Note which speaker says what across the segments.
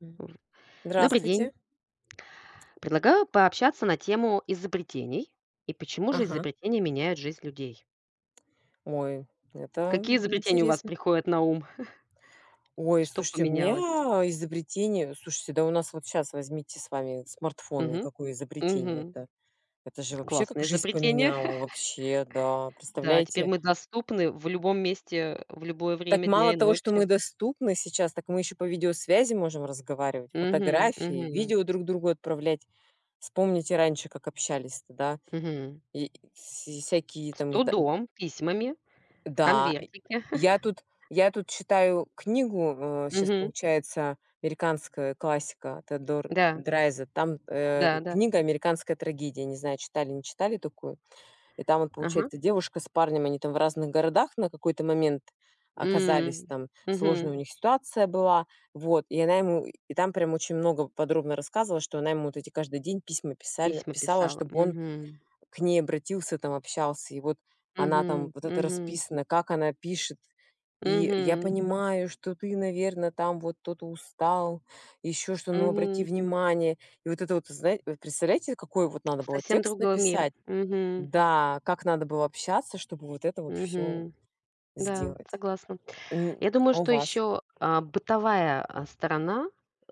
Speaker 1: М.
Speaker 2: В. Добрый день.
Speaker 1: Здравствуйте.
Speaker 2: Предлагаю пообщаться на тему изобретений и почему же
Speaker 1: Ага.
Speaker 2: изобретения меняют жизнь людей.
Speaker 1: Ой, это
Speaker 2: Какие изобретения у вас
Speaker 1: интересно.
Speaker 2: приходят на ум?
Speaker 1: Ой,
Speaker 2: Что
Speaker 1: слушайте, у
Speaker 2: поменялось?
Speaker 1: меня изобретение слушайте, да у нас вот сейчас возьмите с вами смартфоны,
Speaker 2: Мгм.
Speaker 1: какое изобретение
Speaker 2: Мгм.
Speaker 1: это? Это же вообще как
Speaker 2: Классное
Speaker 1: жизнь
Speaker 2: изобретение.
Speaker 1: поменяло, вообще, да.
Speaker 2: Да, теперь
Speaker 1: Представляете,
Speaker 2: мы доступны в любом месте, в любое
Speaker 1: так
Speaker 2: время дня
Speaker 1: мало
Speaker 2: и
Speaker 1: того, что
Speaker 2: ночи.
Speaker 1: мы доступны сейчас, так мы еще по видеосвязи можем разговаривать,
Speaker 2: Мгм,
Speaker 1: фотографии,
Speaker 2: мгм,
Speaker 1: видео друг другу отправлять. Вспомните раньше, как общались-то, да?
Speaker 2: мгм.
Speaker 1: И всякие
Speaker 2: С
Speaker 1: там.
Speaker 2: трудом, письмами, в
Speaker 1: Да, и
Speaker 2: конвертике.
Speaker 1: я тут я тут читаю книгу, сейчас
Speaker 2: Мгм.
Speaker 1: получается американская классика Теодор
Speaker 2: Да,
Speaker 1: Драйза. Там,
Speaker 2: да, да.
Speaker 1: книга "Американская трагедия". Не знаю, читали, не читали такую. И там вот,
Speaker 2: Ага.
Speaker 1: получается, девушка с парнем, они там в разных городах на какой-то момент оказались,
Speaker 2: М,
Speaker 1: там сложная
Speaker 2: мгм.
Speaker 1: у них ситуация была. Вот, и она ему и там прям очень много подробно рассказывала, что она ему вот эти каждый день письма писали
Speaker 2: Письма
Speaker 1: писала,
Speaker 2: писала.
Speaker 1: чтобы он
Speaker 2: Мгм,
Speaker 1: к ней обратился, там общался, и вот она там,
Speaker 2: мгм,
Speaker 1: вот это
Speaker 2: мгм.
Speaker 1: расписано, как она пишет. И я
Speaker 2: Мгм,
Speaker 1: понимаю, что ты, наверное, там вот кто-то устал, еще что, ну, обрати
Speaker 2: мгм.
Speaker 1: внимание. И вот это вот, знаете, вы представляете, какой вот надо было
Speaker 2: Совсем
Speaker 1: текст
Speaker 2: другой мир.
Speaker 1: написать?
Speaker 2: Мгм,
Speaker 1: Да, как надо было общаться, чтобы вот это вот все
Speaker 2: мгм. Да,
Speaker 1: сделать.
Speaker 2: согласна.
Speaker 1: М,
Speaker 2: Я думаю,
Speaker 1: А у
Speaker 2: что
Speaker 1: вас?
Speaker 2: еще, бытовая сторона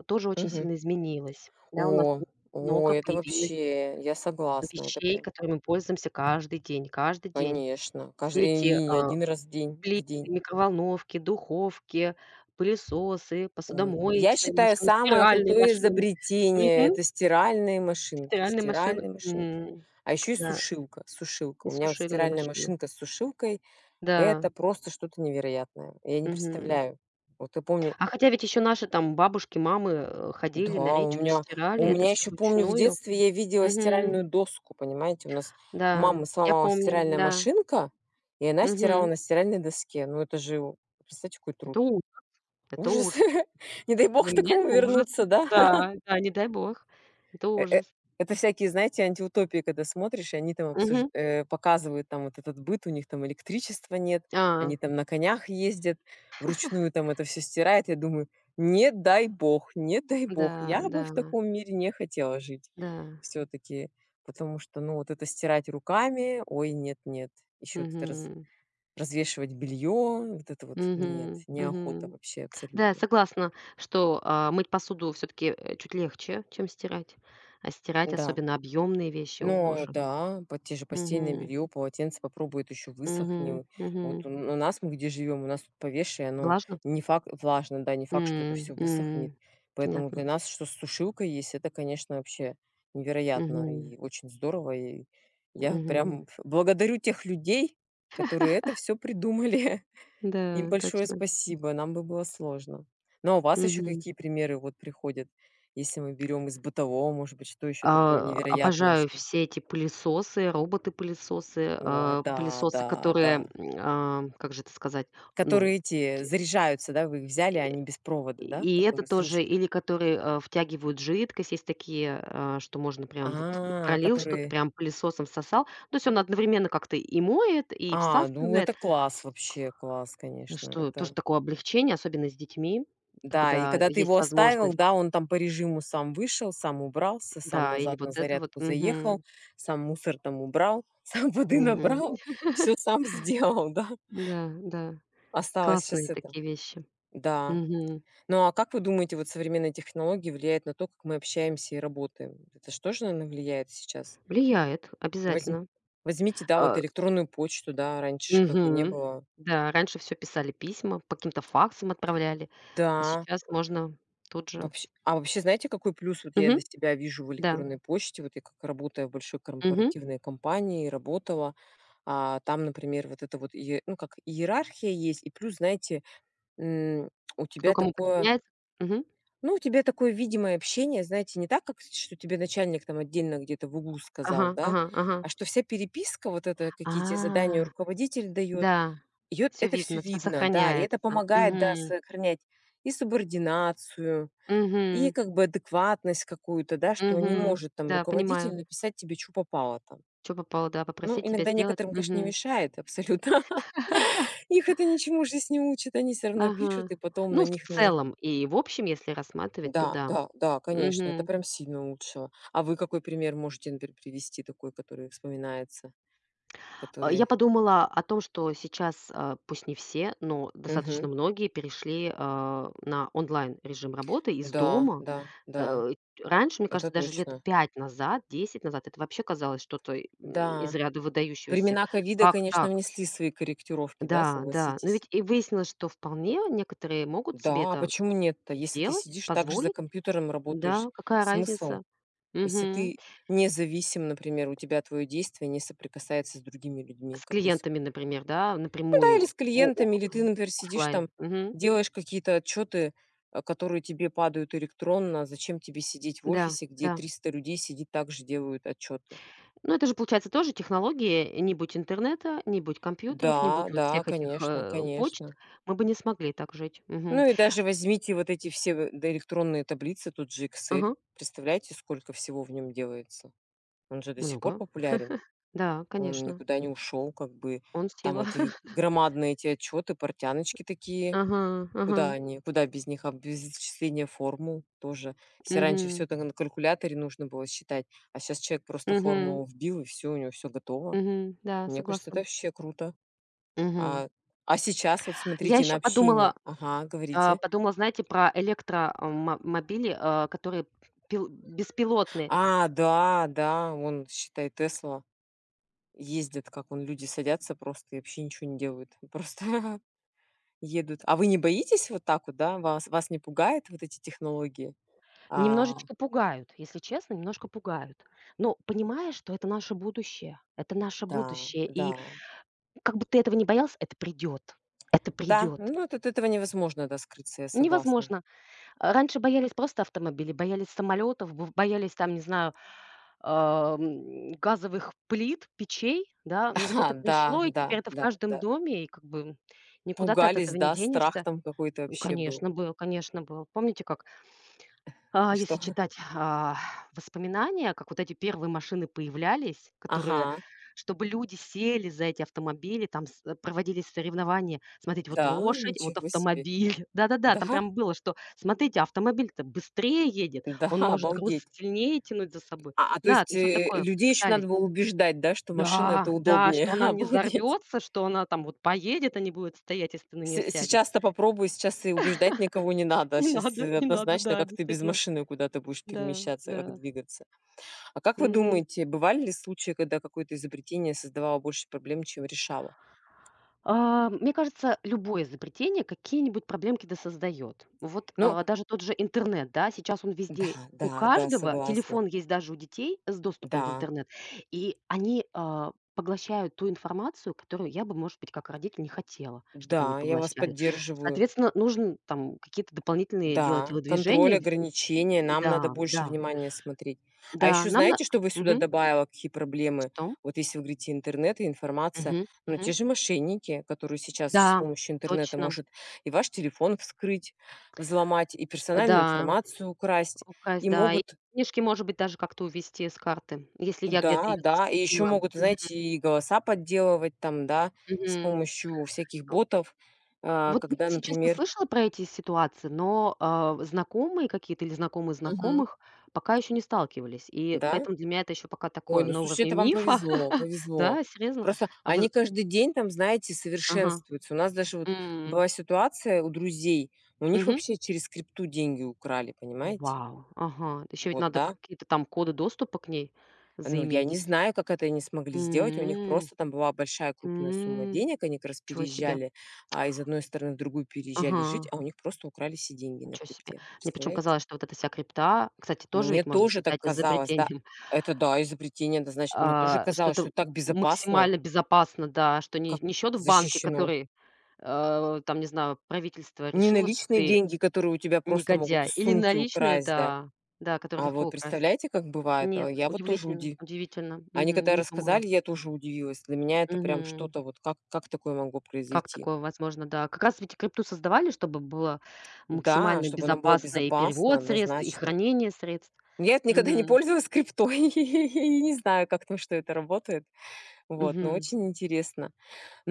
Speaker 2: тоже очень
Speaker 1: Мгм.
Speaker 2: сильно изменилась. Да, у нас
Speaker 1: О, о,
Speaker 2: много
Speaker 1: это
Speaker 2: появилось
Speaker 1: вообще, я согласна, это
Speaker 2: вещей,
Speaker 1: прям,
Speaker 2: которыми мы пользуемся каждый день, каждый день.
Speaker 1: конечно,
Speaker 2: Все
Speaker 1: каждый,
Speaker 2: эти,
Speaker 1: и не один раз в день, в
Speaker 2: плиты,
Speaker 1: день.
Speaker 2: микроволновки, духовки, пылесосы,
Speaker 1: Ой, я
Speaker 2: посудомоечные
Speaker 1: считаю,
Speaker 2: машины,
Speaker 1: самое
Speaker 2: стиральные
Speaker 1: крутое
Speaker 2: машины.
Speaker 1: изобретение —
Speaker 2: Мгм,
Speaker 1: это стиральные машинки.
Speaker 2: стиральные машины.
Speaker 1: Стиральные машинки.
Speaker 2: Мгм.
Speaker 1: А еще и
Speaker 2: Да,
Speaker 1: сушилка, сушилка.
Speaker 2: и
Speaker 1: У меня вот
Speaker 2: сушильные
Speaker 1: стиральная
Speaker 2: машины.
Speaker 1: машинка с сушилкой — это
Speaker 2: Да.
Speaker 1: просто что-то невероятное. Я не
Speaker 2: Мгм.
Speaker 1: представляю. Вот я помню,
Speaker 2: А хотя ведь еще наши там бабушки, мамы, ходили на
Speaker 1: да, у
Speaker 2: речку,
Speaker 1: меня у
Speaker 2: стирали это
Speaker 1: меня
Speaker 2: все
Speaker 1: еще, помню, в
Speaker 2: вручную.
Speaker 1: детстве я видела
Speaker 2: Мгм.
Speaker 1: стиральную доску, понимаете? У нас у
Speaker 2: Да,
Speaker 1: мамы
Speaker 2: я
Speaker 1: сломалась
Speaker 2: помню,
Speaker 1: стиральная
Speaker 2: да.
Speaker 1: машинка, и она стирала
Speaker 2: Мгм.
Speaker 1: на стиральной доске. Ну, это же, представьте, какой труд.
Speaker 2: Это ужас, это ужас.
Speaker 1: Ужас. Не дай бог
Speaker 2: Для
Speaker 1: к
Speaker 2: меня
Speaker 1: такому
Speaker 2: это ужас.
Speaker 1: вернуться, да?
Speaker 2: Да, да, не дай бог. Это
Speaker 1: Э э
Speaker 2: ужас.
Speaker 1: это всякие, знаете, антиутопии, когда смотришь, и они там
Speaker 2: Мгм.
Speaker 1: показывают там вот этот быт, у них там электричества нет,
Speaker 2: А,
Speaker 1: они там на конях ездят, вручную там это все стирает. Я думаю: "Не дай бог, не дай бог,
Speaker 2: да,
Speaker 1: я
Speaker 2: да,
Speaker 1: бы в таком мире не хотела жить
Speaker 2: да.
Speaker 1: все таки". Потому что, ну, вот это стирать руками, ой, нет-нет. Еще вот это
Speaker 2: Мгм.
Speaker 1: развешивать белье, вот это вот нет,
Speaker 2: Мгм,
Speaker 1: неохота
Speaker 2: мгм.
Speaker 1: вообще
Speaker 2: Да,
Speaker 1: абсолютно.
Speaker 2: согласна, что, мыть посуду все таки чуть легче, чем стирать. А стирать,
Speaker 1: Да.
Speaker 2: особенно объемные вещи, о
Speaker 1: Ну
Speaker 2: боже.
Speaker 1: да, по те же постельное
Speaker 2: Мгм.
Speaker 1: белье, полотенце попробует еще
Speaker 2: Мгм,
Speaker 1: высохнет. Вот
Speaker 2: мгм.
Speaker 1: у нас, мы где живем, у нас тут повешай, оно
Speaker 2: Влажно?
Speaker 1: не факт, влажно, да, не факт, что это
Speaker 2: М,
Speaker 1: все высохнет.
Speaker 2: м.
Speaker 1: Поэтому
Speaker 2: Понятно.
Speaker 1: для нас, что сушилка есть, это, конечно, вообще невероятно
Speaker 2: Мгм,
Speaker 1: и очень здорово. И я
Speaker 2: мгм.
Speaker 1: прям ф благодарю тех людей, которые это все придумали. Им
Speaker 2: Да,
Speaker 1: большое
Speaker 2: точно.
Speaker 1: спасибо, нам бы было сложно. Ну, а у вас еще
Speaker 2: Мгм.
Speaker 1: какие примеры вот приходят, если мы берем из бытового, может быть, что еще такое невероятное,
Speaker 2: Обожаю
Speaker 1: что...
Speaker 2: все эти пылесосы, роботы-пылесосы,
Speaker 1: О, да,
Speaker 2: пылесосы,
Speaker 1: да, да.
Speaker 2: которые, м, а, как же это сказать, ну,
Speaker 1: Которые эти
Speaker 2: ть
Speaker 1: заряжаются, да? Вы их взяли, они без провода, да?
Speaker 2: и это
Speaker 1: Которые с
Speaker 2: тоже,
Speaker 1: ручкой?
Speaker 2: или которые, втягивают жидкость. Есть такие, что можно прям вот
Speaker 1: А,
Speaker 2: пролил что-то,
Speaker 1: которые
Speaker 2: прям пылесосом сосал. То есть он одновременно как-то и моет, и
Speaker 1: А, ну это
Speaker 2: всасывает.
Speaker 1: класс вообще, класс, конечно.
Speaker 2: Что тоже такое облегчение, особенно с детьми,
Speaker 1: Да, и
Speaker 2: когда
Speaker 1: когда ты
Speaker 2: есть
Speaker 1: его оставил,
Speaker 2: возможность,
Speaker 1: да, он там по режиму сам вышел, сам убрался, сам
Speaker 2: да, или
Speaker 1: назад
Speaker 2: вот
Speaker 1: на
Speaker 2: это вот.
Speaker 1: зарядку заехал,
Speaker 2: Мгм.
Speaker 1: сам мусор там убрал, сам воды
Speaker 2: Мгм.
Speaker 1: набрал, все сам сделал, да.
Speaker 2: Да, да,
Speaker 1: Осталось сейчас
Speaker 2: классные
Speaker 1: это.
Speaker 2: такие вещи.
Speaker 1: Да.
Speaker 2: Мгм.
Speaker 1: Ну, а как вы думаете, вот современные технологии влияют на то, как мы общаемся и работаем? Это же тоже, наверное, влияет сейчас.
Speaker 2: Влияет
Speaker 1: Возьм-
Speaker 2: обязательно.
Speaker 1: Возьмите, да, вот
Speaker 2: А,
Speaker 1: электронную почту, да, раньше ж как бы не
Speaker 2: мгм.
Speaker 1: было.
Speaker 2: Да, раньше все писали письма, по каким-то факсам отправляли, а
Speaker 1: Да,
Speaker 2: сейчас можно тут же.
Speaker 1: вообще. А вообще, знаете, какой плюс вот я для
Speaker 2: Мгм.
Speaker 1: себя вижу в
Speaker 2: Да.
Speaker 1: электронной почте? Вот я как работаю в большой
Speaker 2: Мгм.
Speaker 1: корпоративной компании, работала, а там, например, вот это вот, ну, как иерархия есть, и плюс, знаете, м, у
Speaker 2: Кто
Speaker 1: тебя
Speaker 2: кому
Speaker 1: такое
Speaker 2: подчиняется. Мгм.
Speaker 1: ну, у тебя такое видимое общение, знаете, не так, как с что тебе начальник там отдельно где-то в углу
Speaker 2: Ага,
Speaker 1: сказал, да,
Speaker 2: ага, ага.
Speaker 1: а что вся переписка, вот это
Speaker 2: А,
Speaker 1: какие те задания руководитель дает,
Speaker 2: да,
Speaker 1: её
Speaker 2: все
Speaker 1: это все
Speaker 2: видно, все
Speaker 1: видно, да, и
Speaker 2: сохраняется.
Speaker 1: это помогает, да,
Speaker 2: Мгм.
Speaker 1: сохранять и субординацию, и
Speaker 2: Мгм,
Speaker 1: как бы адекватность какую-то, да, что не Мгм.
Speaker 2: мгм.
Speaker 1: Может там
Speaker 2: Да,
Speaker 1: руководитель
Speaker 2: понимаю,
Speaker 1: написать тебе, чё попало там.
Speaker 2: что попало, да,
Speaker 1: Ну,
Speaker 2: попросить тебя
Speaker 1: иногда
Speaker 2: сделать.
Speaker 1: некоторым, конечно, не
Speaker 2: Мгм.
Speaker 1: мешает абсолютно. Их это ничему в не учит, они все равно пишут,
Speaker 2: Ага.
Speaker 1: и потом на
Speaker 2: Ну, в
Speaker 1: них на...
Speaker 2: целом и в общем, если рассматривать, то
Speaker 1: Да,
Speaker 2: да.
Speaker 1: да, да, конечно, это
Speaker 2: Мгм.
Speaker 1: прям сильно улучшило. А вы какой пример можете, например, привести такой, который вспоминается?
Speaker 2: Я
Speaker 1: Который...
Speaker 2: подумала о том, что сейчас, а, пусть не все, но
Speaker 1: Мгм.
Speaker 2: достаточно многие перешли, на онлайн режим работы из
Speaker 1: Да,
Speaker 2: дома.
Speaker 1: да, да,
Speaker 2: Э, раньше, мне
Speaker 1: это
Speaker 2: кажется, даже лет
Speaker 1: точно.
Speaker 2: 5 назад, 10 назад, это вообще казалось что-то, м, из
Speaker 1: Да.
Speaker 2: ряда выдающегося.
Speaker 1: Времена ковида,
Speaker 2: Как
Speaker 1: конечно,
Speaker 2: так?
Speaker 1: внесли свои корректировки, да,
Speaker 2: Да, да. Но
Speaker 1: согласитесь?
Speaker 2: ведь и выяснилось, что вполне некоторые могут себе
Speaker 1: Да, а
Speaker 2: это
Speaker 1: почему нет-то? Если ты
Speaker 2: сделать,
Speaker 1: сидишь так же за
Speaker 2: позволить,
Speaker 1: компьютером, работаешь,
Speaker 2: да, какая
Speaker 1: смысл?
Speaker 2: разница?
Speaker 1: Если
Speaker 2: Мгм.
Speaker 1: ты независим, например, у тебя твое действие не соприкасается с другими людьми,
Speaker 2: С
Speaker 1: какой...
Speaker 2: клиентами, например, да,
Speaker 1: Ну да, или
Speaker 2: напрямую
Speaker 1: с
Speaker 2: о
Speaker 1: клиентами, или ты, например, сидишь
Speaker 2: оффлайн.
Speaker 1: там,
Speaker 2: Мгм.
Speaker 1: делаешь какие-то отчеты, а, которые тебе падают электронно. Зачем тебе сидеть в
Speaker 2: Да,
Speaker 1: офисе, где
Speaker 2: да.
Speaker 1: 300 людей сидит, также делают отчеты?
Speaker 2: Ну, это же, получается, тоже технологии. Не будь интернета, не будь компьютеров, не
Speaker 1: Да,
Speaker 2: будь вот
Speaker 1: да,
Speaker 2: всех этих,
Speaker 1: конечно,
Speaker 2: почт,
Speaker 1: конечно.
Speaker 2: мы бы не смогли так жить. Мгм.
Speaker 1: Ну и даже возьмите вот эти все да, электронные таблицы, тут же Excel.
Speaker 2: Ага,
Speaker 1: Представляете, сколько всего в нем делается? Он же до сих пор
Speaker 2: много.
Speaker 1: популярен.
Speaker 2: Да,
Speaker 1: Он
Speaker 2: конечно.
Speaker 1: никуда не ушел, как бы
Speaker 2: Он
Speaker 1: там
Speaker 2: сила.
Speaker 1: эти громадные эти отчеты, портяночки такие.
Speaker 2: Ага, ага.
Speaker 1: Куда они? Куда без них? А без исчисления формул тоже. Если раньше все
Speaker 2: Мгм,
Speaker 1: это на калькуляторе нужно было считать, а сейчас человек просто
Speaker 2: мгм,
Speaker 1: формулу вбил, и все у него все готово.
Speaker 2: мгм. Да,
Speaker 1: Мне кажется, это
Speaker 2: согласна.
Speaker 1: вообще круто.
Speaker 2: Мгм.
Speaker 1: А а сейчас вот
Speaker 2: Я
Speaker 1: смотрите на
Speaker 2: еще
Speaker 1: общение.
Speaker 2: подумала.
Speaker 1: Ага, говорите.
Speaker 2: Подумала, знаете, про электромобили, а, которые пил беспилотные,
Speaker 1: А, да, да, он считай, Тесла ездит, как он, люди садятся просто и вообще ничего не делают. Просто едут. А вы не боитесь вот так вот, да? Вас не пугает вот эти технологии? А,
Speaker 2: немножечко пугают, если честно, немножко пугают. Но понимаешь, что это наше
Speaker 1: да,
Speaker 2: будущее,
Speaker 1: да.
Speaker 2: и как бы ты этого не боялся, это придет, это
Speaker 1: Да,
Speaker 2: придет.
Speaker 1: ну от этого невозможно, да, скрыться, я согласна.
Speaker 2: Невозможно. Раньше боялись просто автомобилей, боялись самолетов, б боялись там, не знаю, ам, газовых плит, печей, да, но ведь
Speaker 1: Ага,
Speaker 2: это
Speaker 1: да,
Speaker 2: пришло, и
Speaker 1: да,
Speaker 2: теперь это в
Speaker 1: да,
Speaker 2: каждом
Speaker 1: да.
Speaker 2: доме, и как бы никуда ты от
Speaker 1: Пугались,
Speaker 2: этого не
Speaker 1: да, страх
Speaker 2: денешься.
Speaker 1: там какой-то
Speaker 2: Ну,
Speaker 1: вообще был.
Speaker 2: конечно, был, конечно, был. Помните, как,
Speaker 1: И
Speaker 2: а, если
Speaker 1: что?
Speaker 2: читать, воспоминания, как вот эти первые машины появлялись, которые
Speaker 1: Ага,
Speaker 2: чтобы люди сели за эти автомобили, там с проводились соревнования. Смотрите, вот
Speaker 1: да,
Speaker 2: лошадь, вот
Speaker 1: ничего себе.
Speaker 2: автомобиль. Да-да-да, там
Speaker 1: Да,
Speaker 2: прям было, что смотрите, автомобиль-то быстрее едет, он
Speaker 1: да,
Speaker 2: может груз
Speaker 1: обалдеть.
Speaker 2: сильнее тянуть за собой.
Speaker 1: А, то
Speaker 2: Да,
Speaker 1: есть,
Speaker 2: там что-то такое
Speaker 1: людей еще
Speaker 2: пытались.
Speaker 1: надо было убеждать, да, что машина — это
Speaker 2: Да, да,
Speaker 1: удобнее.
Speaker 2: что она не
Speaker 1: Обалдеть.
Speaker 2: взорвется, что она там вот поедет, а не будет стоять, если ты на нее
Speaker 1: Се
Speaker 2: сядешь.
Speaker 1: Сейчас-то попробую, сейчас и убеждать никого не надо.
Speaker 2: Не
Speaker 1: Сейчас
Speaker 2: надо, не надо,
Speaker 1: однозначно,
Speaker 2: да,
Speaker 1: как ты без
Speaker 2: действительно.
Speaker 1: машины куда-то будешь
Speaker 2: Да,
Speaker 1: перемещаться, как
Speaker 2: да.
Speaker 1: двигаться. А как вы
Speaker 2: Мгм.
Speaker 1: думаете, бывали ли случаи, когда какое-то изобретение создавало больше проблем, чем решало?
Speaker 2: Мне кажется, любое изобретение какие-нибудь проблемки да создает. Вот,
Speaker 1: Ну
Speaker 2: даже тот же интернет, да, сейчас он везде
Speaker 1: да,
Speaker 2: у
Speaker 1: да, да,
Speaker 2: каждого,
Speaker 1: согласна.
Speaker 2: телефон есть даже у детей с доступом в
Speaker 1: Да,
Speaker 2: интернет, и они, поглощают ту информацию, которую я бы, может быть, как родитель не хотела, чтобы они
Speaker 1: да, я вас
Speaker 2: поглощали.
Speaker 1: поддерживаю.
Speaker 2: Соответственно, нужно там какие-то дополнительные делать
Speaker 1: Да, контроль,
Speaker 2: телодвижения. В.
Speaker 1: ограничения, нам надо
Speaker 2: Да,
Speaker 1: больше
Speaker 2: да,
Speaker 1: внимания смотреть. А
Speaker 2: да,
Speaker 1: еще
Speaker 2: нам на
Speaker 1: знаете, что вы сюда
Speaker 2: мгм.
Speaker 1: добавила, какие проблемы?
Speaker 2: Что?
Speaker 1: Вот если вы говорите интернет и информация,
Speaker 2: Мгм,
Speaker 1: но те
Speaker 2: мгм.
Speaker 1: же мошенники, которые сейчас с
Speaker 2: Да,
Speaker 1: помощью интернета
Speaker 2: точно.
Speaker 1: может и ваш телефон вскрыть, взломать, и персональную
Speaker 2: Да,
Speaker 1: информацию украсть,
Speaker 2: украсть,
Speaker 1: и
Speaker 2: да. И
Speaker 1: могут...
Speaker 2: книжки, может быть, даже как-то увести с карты, если я где-то
Speaker 1: Да,
Speaker 2: ее
Speaker 1: да, и еще
Speaker 2: засветила.
Speaker 1: могут,
Speaker 2: Мгм,
Speaker 1: знаете, и голоса подделывать там, да, с
Speaker 2: мгм.
Speaker 1: помощью всяких
Speaker 2: Э,
Speaker 1: ботов, а,
Speaker 2: вот я,
Speaker 1: когда,
Speaker 2: если честно,
Speaker 1: например...
Speaker 2: слышала про эти ситуации, но, знакомые какие-то или знакомые
Speaker 1: Мгм.
Speaker 2: знакомых пока еще не сталкивались. И
Speaker 1: Да?
Speaker 2: поэтому для меня это еще пока
Speaker 1: Ой,
Speaker 2: такое
Speaker 1: ну
Speaker 2: на
Speaker 1: слушайте,
Speaker 2: уровне
Speaker 1: это вам
Speaker 2: мифа.
Speaker 1: повезло, повезло.
Speaker 2: Да, серьезно?
Speaker 1: Просто
Speaker 2: А
Speaker 1: они
Speaker 2: вы.
Speaker 1: каждый день там, знаете,
Speaker 2: Ага.
Speaker 1: совершенствуются. У нас даже вот
Speaker 2: М,
Speaker 1: была ситуация у друзей, у них
Speaker 2: мгм.
Speaker 1: вообще через крипту деньги украли, понимаете?
Speaker 2: Вау, ага. Еще ведь
Speaker 1: Вот,
Speaker 2: надо
Speaker 1: да.
Speaker 2: какие-то там коды доступа к ней
Speaker 1: Ну, я не
Speaker 2: заиметь.
Speaker 1: знаю, как это они смогли сделать. У них
Speaker 2: М,
Speaker 1: просто там была большая крупная сумма
Speaker 2: м.
Speaker 1: денег. Они как раз
Speaker 2: Ничего себе.
Speaker 1: переезжали, из одной страны в другую переезжали
Speaker 2: Ага.
Speaker 1: жить, а у них просто украли все деньги на
Speaker 2: Ничего себе.
Speaker 1: крипте.
Speaker 2: Мне причем
Speaker 1: Представляете?
Speaker 2: казалось, что вот эта вся крипта, кстати, тоже
Speaker 1: Мне
Speaker 2: ведь можно
Speaker 1: тоже так
Speaker 2: считать
Speaker 1: казалось, да.
Speaker 2: изобретением,
Speaker 1: Это да, изобретение, да, значит, мне тоже
Speaker 2: а, что
Speaker 1: казалось,
Speaker 2: это
Speaker 1: что так безопасно,
Speaker 2: максимально безопасно, да, что не
Speaker 1: как
Speaker 2: не счет в банке,
Speaker 1: защищено.
Speaker 2: который, там, не знаю, правительство
Speaker 1: Не
Speaker 2: решило, что
Speaker 1: наличные
Speaker 2: ты
Speaker 1: деньги, которые у тебя просто могут
Speaker 2: негодяй,
Speaker 1: из
Speaker 2: или
Speaker 1: сумки
Speaker 2: наличные,
Speaker 1: украсть, да.
Speaker 2: да, да, которые
Speaker 1: А вот
Speaker 2: легко украсть.
Speaker 1: представляете, как бывает? А,
Speaker 2: Нет,
Speaker 1: я вот тоже
Speaker 2: удивительно,
Speaker 1: уди...
Speaker 2: удивительно.
Speaker 1: Они
Speaker 2: Мгм,
Speaker 1: когда
Speaker 2: не думала.
Speaker 1: рассказали, я тоже удивилась. Для меня это прям
Speaker 2: Мгм.
Speaker 1: что-то вот, как такое могло
Speaker 2: Как
Speaker 1: произойти?
Speaker 2: такое возможно, да. Как раз ведь и крипту создавали, чтобы было
Speaker 1: Да,
Speaker 2: максимально
Speaker 1: чтобы оно было
Speaker 2: безопасно и
Speaker 1: безопасно,
Speaker 2: перевод средств, и
Speaker 1: однозначно.
Speaker 2: хранение средств.
Speaker 1: Я это никогда не
Speaker 2: Мгм,
Speaker 1: пользовалась криптой, и не знаю, как там, что это работает. Вот, но
Speaker 2: мгм.
Speaker 1: очень интересно.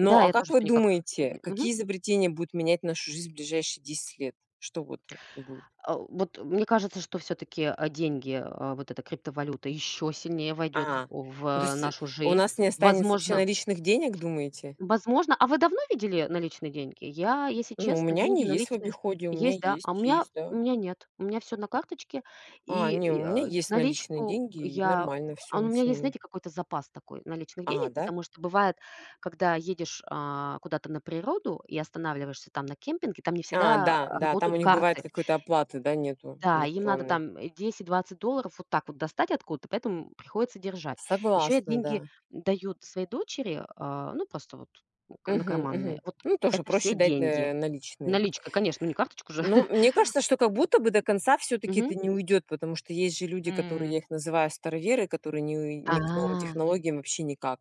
Speaker 2: Да,
Speaker 1: а
Speaker 2: я
Speaker 1: как
Speaker 2: тоже
Speaker 1: вы
Speaker 2: всё никак.
Speaker 1: думаете,
Speaker 2: Мгм.
Speaker 1: какие изобретения будут менять нашу жизнь в ближайшие 10 лет? Что вот будет?
Speaker 2: Вот мне кажется, что все таки деньги, вот эта криптовалюта еще сильнее войдет
Speaker 1: А,
Speaker 2: в
Speaker 1: ну, то
Speaker 2: а,
Speaker 1: есть
Speaker 2: нашу
Speaker 1: у
Speaker 2: жизнь.
Speaker 1: нас не останется вообще
Speaker 2: Возможно.
Speaker 1: наличных денег, думаете?
Speaker 2: Возможно. А вы давно видели наличные деньги? Я, если
Speaker 1: Ну, у
Speaker 2: честно,
Speaker 1: меня они
Speaker 2: деньги
Speaker 1: есть в
Speaker 2: наличные
Speaker 1: обиходе, у меня
Speaker 2: есть, да. А у
Speaker 1: есть,
Speaker 2: меня
Speaker 1: есть, да.
Speaker 2: нет. У меня все на карточке,
Speaker 1: А, не, у
Speaker 2: и,
Speaker 1: меня есть наличные
Speaker 2: наличку
Speaker 1: деньги, и
Speaker 2: я
Speaker 1: нормально
Speaker 2: а
Speaker 1: все
Speaker 2: ну, у
Speaker 1: с
Speaker 2: меня есть,
Speaker 1: ними.
Speaker 2: знаете, какой-то запас такой наличных
Speaker 1: А,
Speaker 2: денег,
Speaker 1: да?
Speaker 2: потому что бывает, когда едешь, куда-то на природу и останавливаешься там на кемпинге, там не
Speaker 1: А,
Speaker 2: всегда,
Speaker 1: да, да, там у
Speaker 2: работают
Speaker 1: них бывает
Speaker 2: карты.
Speaker 1: какой-то оплаты, да, нету
Speaker 2: Да, им надо
Speaker 1: электронной.
Speaker 2: там, 10-20 долларов вот так вот достать откуда-то, поэтому приходится держать. Еще я
Speaker 1: Согласна,
Speaker 2: деньги
Speaker 1: да.
Speaker 2: даю своей дочери, ну, просто вот ну, к на
Speaker 1: Мгм,
Speaker 2: карманные.
Speaker 1: мгм.
Speaker 2: Вот
Speaker 1: Ну, тоже
Speaker 2: это все
Speaker 1: проще дать,
Speaker 2: деньги.
Speaker 1: наличные.
Speaker 2: Наличка, конечно, ну, не карточку же.
Speaker 1: Ну, мне кажется, что как будто бы до конца все таки
Speaker 2: Мгм.
Speaker 1: это не уйдет, потому что есть же люди, которые,
Speaker 2: М.
Speaker 1: я их называю староверы, которые не уи
Speaker 2: А,
Speaker 1: не к новым технологиям вообще никак.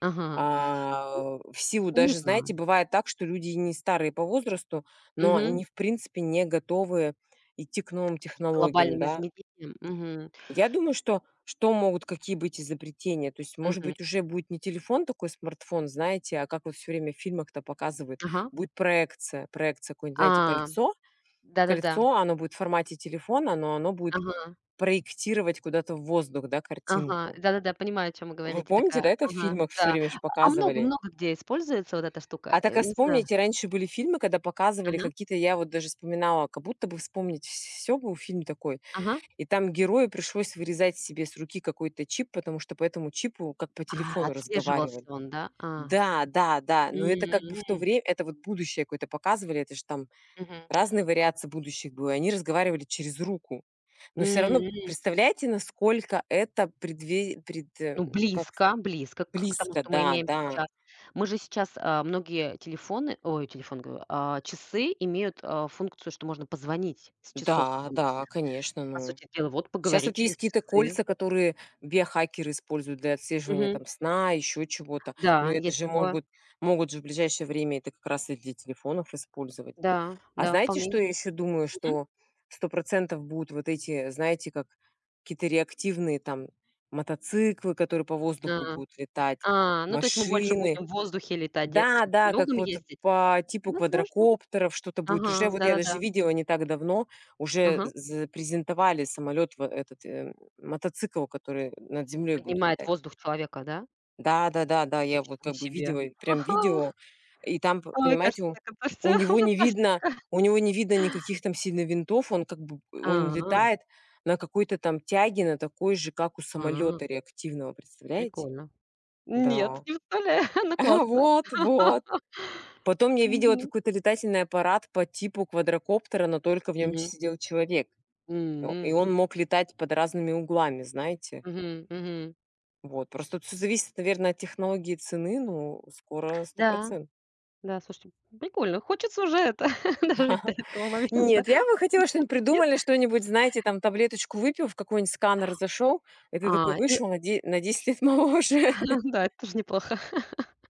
Speaker 2: ага.
Speaker 1: А, в силу
Speaker 2: Ну, не
Speaker 1: даже, знаете,
Speaker 2: знаю.
Speaker 1: бывает так, что люди и не старые по возрасту, но
Speaker 2: Мгм.
Speaker 1: они, в принципе, не готовы идти к новым
Speaker 2: Таким
Speaker 1: технологиям,
Speaker 2: глобальным
Speaker 1: да.
Speaker 2: измерением. Мгм.
Speaker 1: Я думаю, что могут, какие быть изобретения. То есть, может
Speaker 2: Мгм.
Speaker 1: быть, уже будет не телефон такой, смартфон, знаете, а как вот все время в фильмах-то показывают,
Speaker 2: Ага.
Speaker 1: будет проекция. Проекция какое-нибудь, знаете,
Speaker 2: А,
Speaker 1: кольцо.
Speaker 2: да-да-да.
Speaker 1: Кольцо, оно будет в формате телефона, но оно будет
Speaker 2: Ага.
Speaker 1: проектировать куда-то в воздух, да,
Speaker 2: Ага.
Speaker 1: картинку.
Speaker 2: Да-да-да, понимаю, о чем вы
Speaker 1: Вы
Speaker 2: говорите.
Speaker 1: помните,
Speaker 2: Такая,
Speaker 1: да, это в
Speaker 2: ага,
Speaker 1: фильмах все
Speaker 2: да.
Speaker 1: время ж
Speaker 2: А много
Speaker 1: показывали?
Speaker 2: много где используется вот эта штука.
Speaker 1: А так, а
Speaker 2: Не знаю.
Speaker 1: вспомните, раньше были фильмы, когда показывали
Speaker 2: Ага,
Speaker 1: какие-то, я вот даже вспоминала, как будто бы вспомнить, всё был фильм такой.
Speaker 2: ага.
Speaker 1: И там герою пришлось вырезать себе с руки какой-то чип, потому что по этому чипу как по
Speaker 2: А,
Speaker 1: телефону
Speaker 2: отслеживался
Speaker 1: разговаривали.
Speaker 2: он, да? А.
Speaker 1: Да, да, да, но это
Speaker 2: М.
Speaker 1: как бы в то
Speaker 2: м.
Speaker 1: время, это вот будущее какое-то показывали, это же там
Speaker 2: Мгм.
Speaker 1: разные вариации будущих было, и они разговаривали через руку. Но все равно,
Speaker 2: М.
Speaker 1: представляете, насколько это
Speaker 2: Ну,
Speaker 1: как
Speaker 2: близко, близко к к тому,
Speaker 1: близко,
Speaker 2: что мы
Speaker 1: да,
Speaker 2: имеем
Speaker 1: да.
Speaker 2: сейчас. Мы же сейчас, многие телефоны, ой, телефон говорю, часы имеют, функцию, что можно позвонить с часов.
Speaker 1: Да,
Speaker 2: Ну, там,
Speaker 1: да, конечно,
Speaker 2: по
Speaker 1: ну.
Speaker 2: сути дела, вот
Speaker 1: Сейчас
Speaker 2: поговорить
Speaker 1: вот есть
Speaker 2: через
Speaker 1: какие-то
Speaker 2: часы.
Speaker 1: кольца, которые биохакеры используют для отслеживания
Speaker 2: Мгм.
Speaker 1: там сна, еще чего-то. Но
Speaker 2: Да,
Speaker 1: это
Speaker 2: есть
Speaker 1: же
Speaker 2: такое.
Speaker 1: могут, могут же в ближайшее время это как раз и для телефонов использовать.
Speaker 2: Да,
Speaker 1: А
Speaker 2: да,
Speaker 1: знаете, что
Speaker 2: вполне.
Speaker 1: я еще думаю,
Speaker 2: Мгм.
Speaker 1: что 100% будут вот эти, знаете, как какие-то реактивные там мотоциклы, которые по воздуху
Speaker 2: А.
Speaker 1: будут летать,
Speaker 2: А, ну, то есть мы больше
Speaker 1: машины.
Speaker 2: будем в воздухе летать, де
Speaker 1: Да,
Speaker 2: чем по
Speaker 1: да, как
Speaker 2: дорогам
Speaker 1: вот
Speaker 2: ездить?
Speaker 1: по типу
Speaker 2: Возможно.
Speaker 1: квадрокоптеров что-то будет. Уже
Speaker 2: Ага,
Speaker 1: вот я даже
Speaker 2: да-да-да.
Speaker 1: видела не так давно, уже
Speaker 2: Ага.
Speaker 1: з презентовали самолет во этот, мотоцикл, который над землей будет
Speaker 2: Поднимает в
Speaker 1: летать.
Speaker 2: воздух человека, да?
Speaker 1: Да, да, да, да, я вот
Speaker 2: Ничего
Speaker 1: как бы
Speaker 2: себе.
Speaker 1: видела и прям
Speaker 2: Ага.
Speaker 1: видео, и там, п
Speaker 2: Ой,
Speaker 1: понимаете,
Speaker 2: кажется, так это
Speaker 1: у
Speaker 2: всё
Speaker 1: него не видно
Speaker 2: фантастика.
Speaker 1: у него не видно никаких там сильно винтов, он
Speaker 2: А,
Speaker 1: летает на какой-то там тяге, на такой же, как у
Speaker 2: а,
Speaker 1: самолета реактивного, представляете?
Speaker 2: прикольно. Нет,
Speaker 1: Да.
Speaker 2: не вставляю, но классно.
Speaker 1: Вот, вот. Потом я видела тут
Speaker 2: Мгм.
Speaker 1: какой-то летательный аппарат по типу квадрокоптера, но только в нем
Speaker 2: Мгм.
Speaker 1: сидел человек. И
Speaker 2: М.
Speaker 1: он мог летать под разными углами, знаете.
Speaker 2: Мгм, мгм.
Speaker 1: Вот. Просто все зависит, наверное, от технологии и цены, ну, скоро сто
Speaker 2: Да,
Speaker 1: процентов.
Speaker 2: да, слушайте, прикольно. Хочется уже это дожить до этого момента.
Speaker 1: Нет, я бы хотела, что-нибудь
Speaker 2: Смотреть нет?
Speaker 1: придумали, что-нибудь, знаете, там таблеточку выпил, в какой-нибудь сканер зашел, и ты такой
Speaker 2: А, и
Speaker 1: вышел на 10 лет моложе.
Speaker 2: да, это тоже неплохо.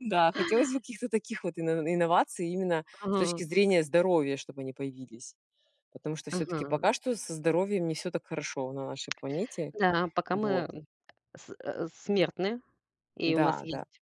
Speaker 1: Да, хотелось бы каких-то таких вот ино инноваций именно с точки
Speaker 2: Ага,
Speaker 1: зрения здоровья, чтобы они появились. Потому что все таки
Speaker 2: ага.
Speaker 1: пока что со здоровьем не все так хорошо на нашей планете.
Speaker 2: Да, пока мы,
Speaker 1: Вот.
Speaker 2: м, с смертны, и у нас
Speaker 1: Да, да.
Speaker 2: есть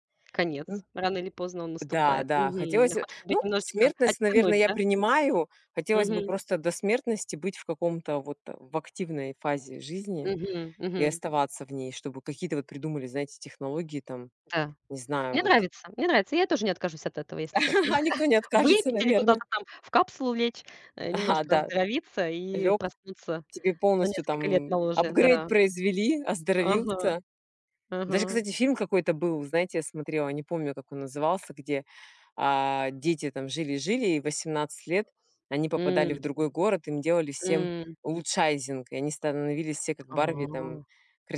Speaker 1: Ну
Speaker 2: конец. Рано или поздно он
Speaker 1: да,
Speaker 2: наступает.
Speaker 1: да,
Speaker 2: Мгм.
Speaker 1: хотелось,
Speaker 2: Да, хочется быть
Speaker 1: ну,
Speaker 2: немножечко
Speaker 1: смертность, наверное,
Speaker 2: оттянуть,
Speaker 1: я
Speaker 2: да?
Speaker 1: принимаю. Хотелось бы
Speaker 2: Мгм.
Speaker 1: просто до смертности быть в каком-то вот в активной фазе жизни
Speaker 2: Мгм.
Speaker 1: и
Speaker 2: Мгм.
Speaker 1: оставаться в ней, чтобы какие-то вот придумали, знаете, технологии там,
Speaker 2: Да.
Speaker 1: не знаю,
Speaker 2: Мне
Speaker 1: вот.
Speaker 2: нравится мне нравится. Я тоже не откажусь от этого, если честно.
Speaker 1: Никто не откажется,
Speaker 2: Выпить или
Speaker 1: наверное.
Speaker 2: куда-то там в капсулу лечь,
Speaker 1: А,
Speaker 2: немножко
Speaker 1: да.
Speaker 2: оздоровиться и
Speaker 1: Лег,
Speaker 2: проснуться
Speaker 1: тебе
Speaker 2: на
Speaker 1: полностью
Speaker 2: несколько лет
Speaker 1: там
Speaker 2: моложе.
Speaker 1: апгрейд
Speaker 2: Да.
Speaker 1: произвели,
Speaker 2: Ага.
Speaker 1: оздоровился.
Speaker 2: Ага.
Speaker 1: Даже, кстати, фильм какой-то был, знаете, я смотрела, не помню, как он назывался, где, а, дети там жили-жили, и в 18 лет они попадали в
Speaker 2: М.
Speaker 1: другой город, им делали всем
Speaker 2: М.
Speaker 1: улучшайзинг, и они становились все как Барби там
Speaker 2: А.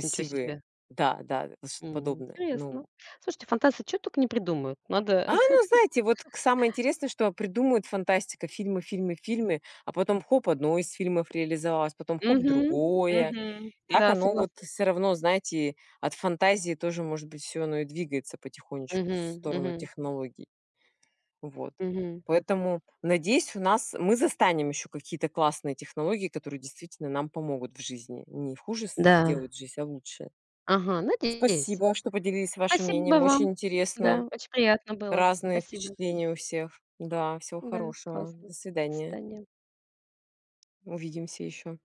Speaker 2: Ничего себе.
Speaker 1: Да, да, да, вот что-то
Speaker 2: М,
Speaker 1: подобное.
Speaker 2: интересно.
Speaker 1: Ну,
Speaker 2: Слушайте, фантазии что только не придумают. Надо
Speaker 1: ну, знаете, вот к самое интересное, что придумывают фантастика: фильмы, фильмы, фильмы, а потом хоп, одно из фильмов реализовалось, потом хоп,
Speaker 2: Мгм.
Speaker 1: другое.
Speaker 2: Мгм.
Speaker 1: Так
Speaker 2: Да,
Speaker 1: оно вот
Speaker 2: согласна.
Speaker 1: все равно, знаете, от фантазии тоже, может быть, все оно и двигается потихонечку в
Speaker 2: Мгм,
Speaker 1: сторону
Speaker 2: мгм,
Speaker 1: технологий. Вот.
Speaker 2: мгм.
Speaker 1: Поэтому, надеюсь, у нас мы застанем еще какие-то классные технологии, которые действительно нам помогут в жизни. Не хуже с
Speaker 2: Да.
Speaker 1: сделают жизнь, а лучше.
Speaker 2: Ага, надеюсь.
Speaker 1: Спасибо, что поделились вашим
Speaker 2: Спасибо
Speaker 1: мнением.
Speaker 2: вам.
Speaker 1: Очень
Speaker 2: Да,
Speaker 1: интересно.
Speaker 2: очень приятно было.
Speaker 1: Разные
Speaker 2: Спасибо.
Speaker 1: впечатления у всех. Да, всего
Speaker 2: Да,
Speaker 1: хорошего.
Speaker 2: классно.
Speaker 1: До
Speaker 2: До
Speaker 1: свидания.
Speaker 2: свидания.
Speaker 1: Увидимся еще.